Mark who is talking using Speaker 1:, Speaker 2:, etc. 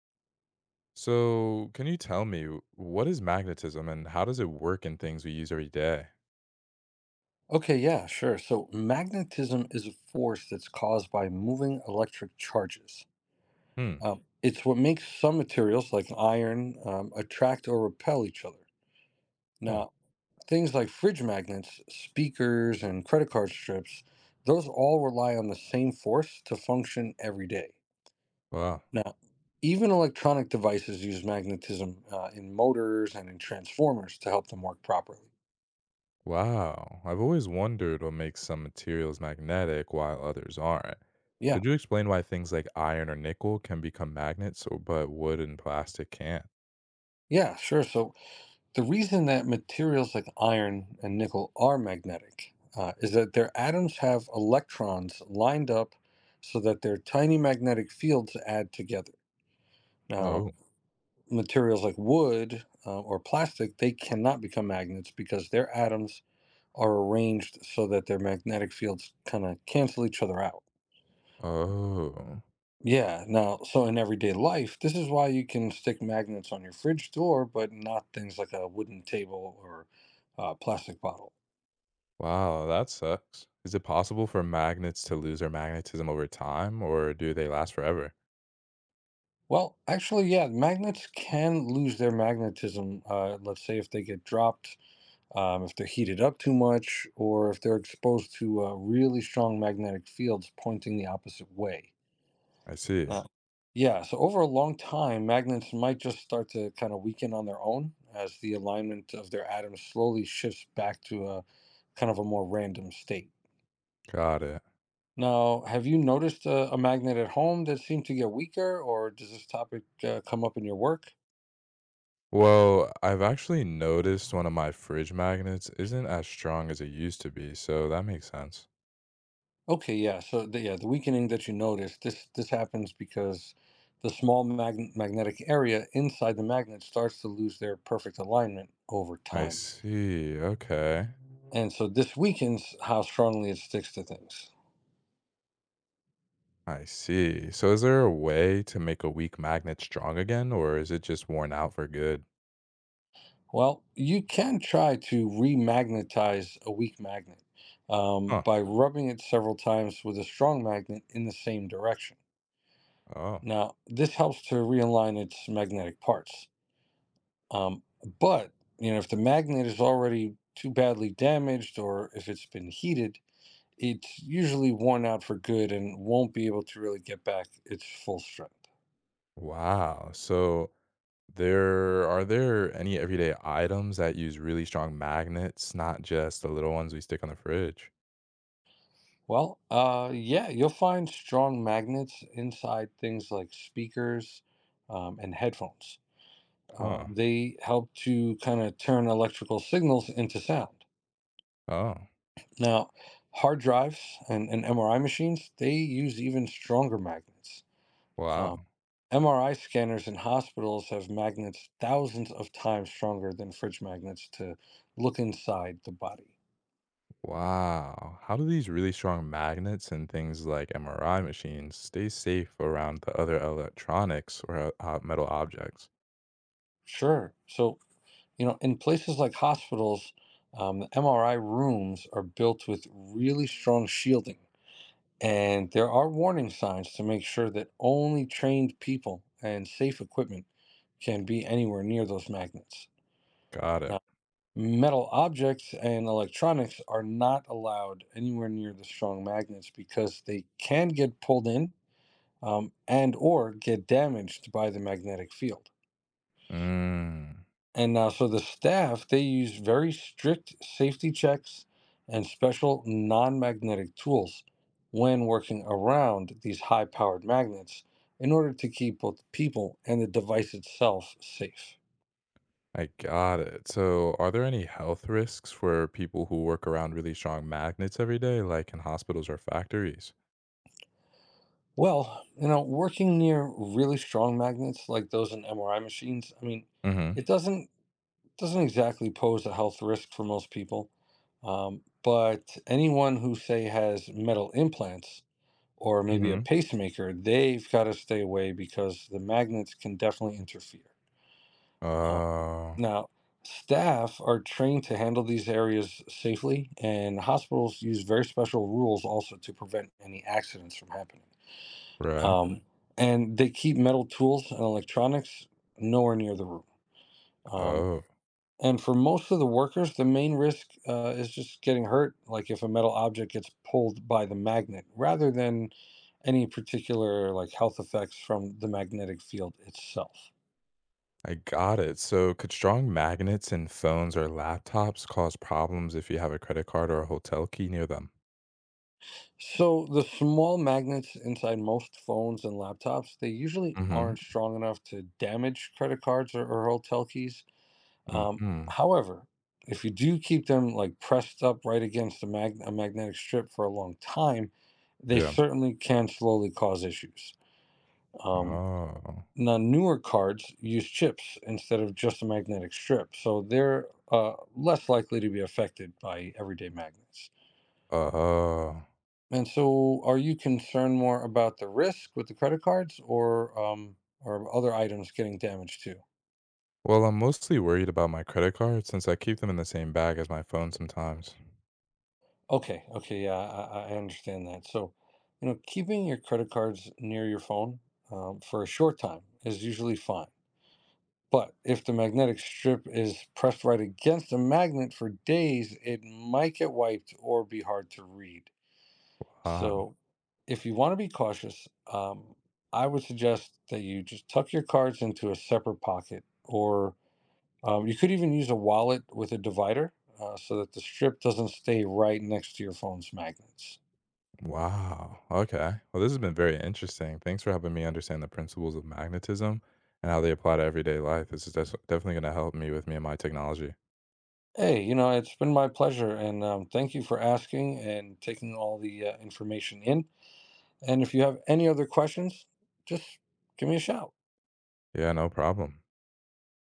Speaker 1: So, can you tell me what is magnetism and how does it work in things we use every day?
Speaker 2: Okay, yeah, sure. So magnetism is a force that's caused by moving electric charges.
Speaker 1: Hmm.
Speaker 2: It's what makes some materials, like iron, attract or repel each other.
Speaker 1: Oh,
Speaker 2: Now, things like fridge magnets, speakers, and credit card strips, those all rely on the same force to function every day.
Speaker 1: wow.
Speaker 2: Now, even electronic devices use magnetism in motors and in transformers to help them work properly.
Speaker 1: Wow, I've always wondered what makes some materials magnetic while others aren't.
Speaker 2: Yeah,
Speaker 1: Could you explain why things like iron or nickel can become magnets, so, but wood and plastic can't?
Speaker 2: yeah, sure. So the reason that materials like iron and nickel are magnetic is that their atoms have electrons lined up so that their tiny magnetic fields add together. Now,
Speaker 1: Oh.
Speaker 2: materials like wood or plastic, they cannot become magnets because their atoms are arranged so that their magnetic fields kind of cancel each other out.
Speaker 1: Oh.
Speaker 2: Yeah, now, so in everyday life, this is why you can stick magnets on your fridge door, but not things like a wooden table or a plastic bottle.
Speaker 1: Wow, that sucks. Is it possible for magnets to lose their magnetism over time, or do they last forever?
Speaker 2: Well, actually, yeah, magnets can lose their magnetism. Let's say if they get dropped, if they're heated up too much, or if they're exposed to really strong magnetic fields pointing the opposite way.
Speaker 1: I see.
Speaker 2: Oh, Yeah, so over a long time, magnets might just start to kind of weaken on their own as the alignment of their atoms slowly shifts back to a kind of a more random state.
Speaker 1: Got it.
Speaker 2: Now, have you noticed a magnet at home that seemed to get weaker, or does this topic come up in your work?
Speaker 1: Well, I've actually noticed one of my fridge magnets isn't as strong as it used to be, so that makes sense.
Speaker 2: Okay, yeah. So the weakening that you notice, this happens because the magnetic area inside the magnet starts to lose their perfect alignment over
Speaker 1: I
Speaker 2: time,
Speaker 1: see. Okay.
Speaker 2: and so this weakens how strongly it sticks to things.
Speaker 1: I see. So is there a way to make a weak magnet strong again, or is it just worn out for good?
Speaker 2: Well, you can try to remagnetize a weak magnet
Speaker 1: Huh.
Speaker 2: by rubbing it several times with a strong magnet in the same direction.
Speaker 1: Oh.
Speaker 2: Now, this helps to realign its magnetic parts. Um, but if the magnet is already too badly damaged or if it's been heated, it's usually worn out for good and won't be able to really get back its full strength.
Speaker 1: Wow. So there are there any everyday items that use really strong magnets, not just the little ones we stick on the fridge?
Speaker 2: Well, yeah, you'll find strong magnets inside things like speakers and headphones.
Speaker 1: Huh.
Speaker 2: They help to kind of turn electrical signals into sound.
Speaker 1: Oh.
Speaker 2: Now, hard drives and MRI machines, they use even stronger magnets. Um,
Speaker 1: Wow.
Speaker 2: MRI scanners in hospitals have magnets thousands of times stronger than fridge magnets to look inside the body.
Speaker 1: Wow. How do these really strong magnets and things like MRI machines stay safe around the other electronics or metal objects?
Speaker 2: Sure. So, you know, in places like hospitals, the MRI rooms are built with really strong shielding. And there are warning signs to make sure that only trained people and safe equipment can be anywhere near those magnets.
Speaker 1: Got it.
Speaker 2: Metal objects and electronics are not allowed anywhere near the strong magnets because they can get pulled in and or get damaged by the magnetic field.
Speaker 1: Mm,
Speaker 2: And so the staff, they use very strict safety checks and special non-magnetic tools when working around these high-powered magnets in order to keep both people and the device itself safe.
Speaker 1: I got it. So, are there any health risks for people who work around really strong magnets every day, like in hospitals or factories?
Speaker 2: Well, you know, working near really strong magnets like those in MRI machines, I mean,
Speaker 1: Mm-hmm.
Speaker 2: it doesn't exactly pose a health risk for most people. But anyone who say has metal implants or maybe a
Speaker 1: Mm-hmm.
Speaker 2: pacemaker, they've got to stay away because the magnets can definitely interfere. Uh,
Speaker 1: Oh,
Speaker 2: now, staff are trained to handle these areas safely, and hospitals use very special rules also to prevent any accidents from happening.
Speaker 1: right.
Speaker 2: Um, and they keep metal tools and electronics nowhere near the room. Um,
Speaker 1: Oh,
Speaker 2: and for most of the workers, the main risk is just getting hurt, like if a metal object gets pulled by the magnet, rather than any particular like health effects from the magnetic field itself.
Speaker 1: I got it. So, could strong magnets in phones or laptops cause problems if you have a credit card or a hotel key near them?
Speaker 2: So the small magnets inside most phones and laptops, they usually
Speaker 1: Mhm,
Speaker 2: aren't strong enough to damage credit cards or hotel keys. Um,
Speaker 1: mhm.
Speaker 2: however, if you do keep them like pressed up right against a magnetic strip for a long time, they
Speaker 1: Yeah.
Speaker 2: certainly can slowly cause issues. Um,
Speaker 1: Oh.
Speaker 2: now, newer cards use chips instead of just a magnetic strip, so they're less likely to be affected by everyday magnets.
Speaker 1: uh
Speaker 2: And so, are you concerned more about the risk with the credit cards, or other items getting damaged too?
Speaker 1: Well, I'm mostly worried about my credit card since I keep them in the same bag as my phone sometimes.
Speaker 2: Okay, okay, yeah, I understand that. So, you know, keeping your credit cards near your phone for a short time is usually fine. But if the magnetic strip is pressed right against a magnet for days, it might get wiped or be hard to read.
Speaker 1: Ah,
Speaker 2: So, if you want to be cautious, um, I would suggest that you just tuck your cards into a separate pocket, or you could even use a wallet with a divider so that the strip doesn't stay right next to your phone's magnets.
Speaker 1: wow. Okay. Well, this has been very interesting. Thanks for helping me understand the principles of magnetism and how they apply to everyday life. This is definitely going to help me with me and my technology.
Speaker 2: Hey, you know, it's been my pleasure, and thank you for asking and taking all the information in. And if you have any other questions, just give me a shout.
Speaker 1: Yeah, no problem.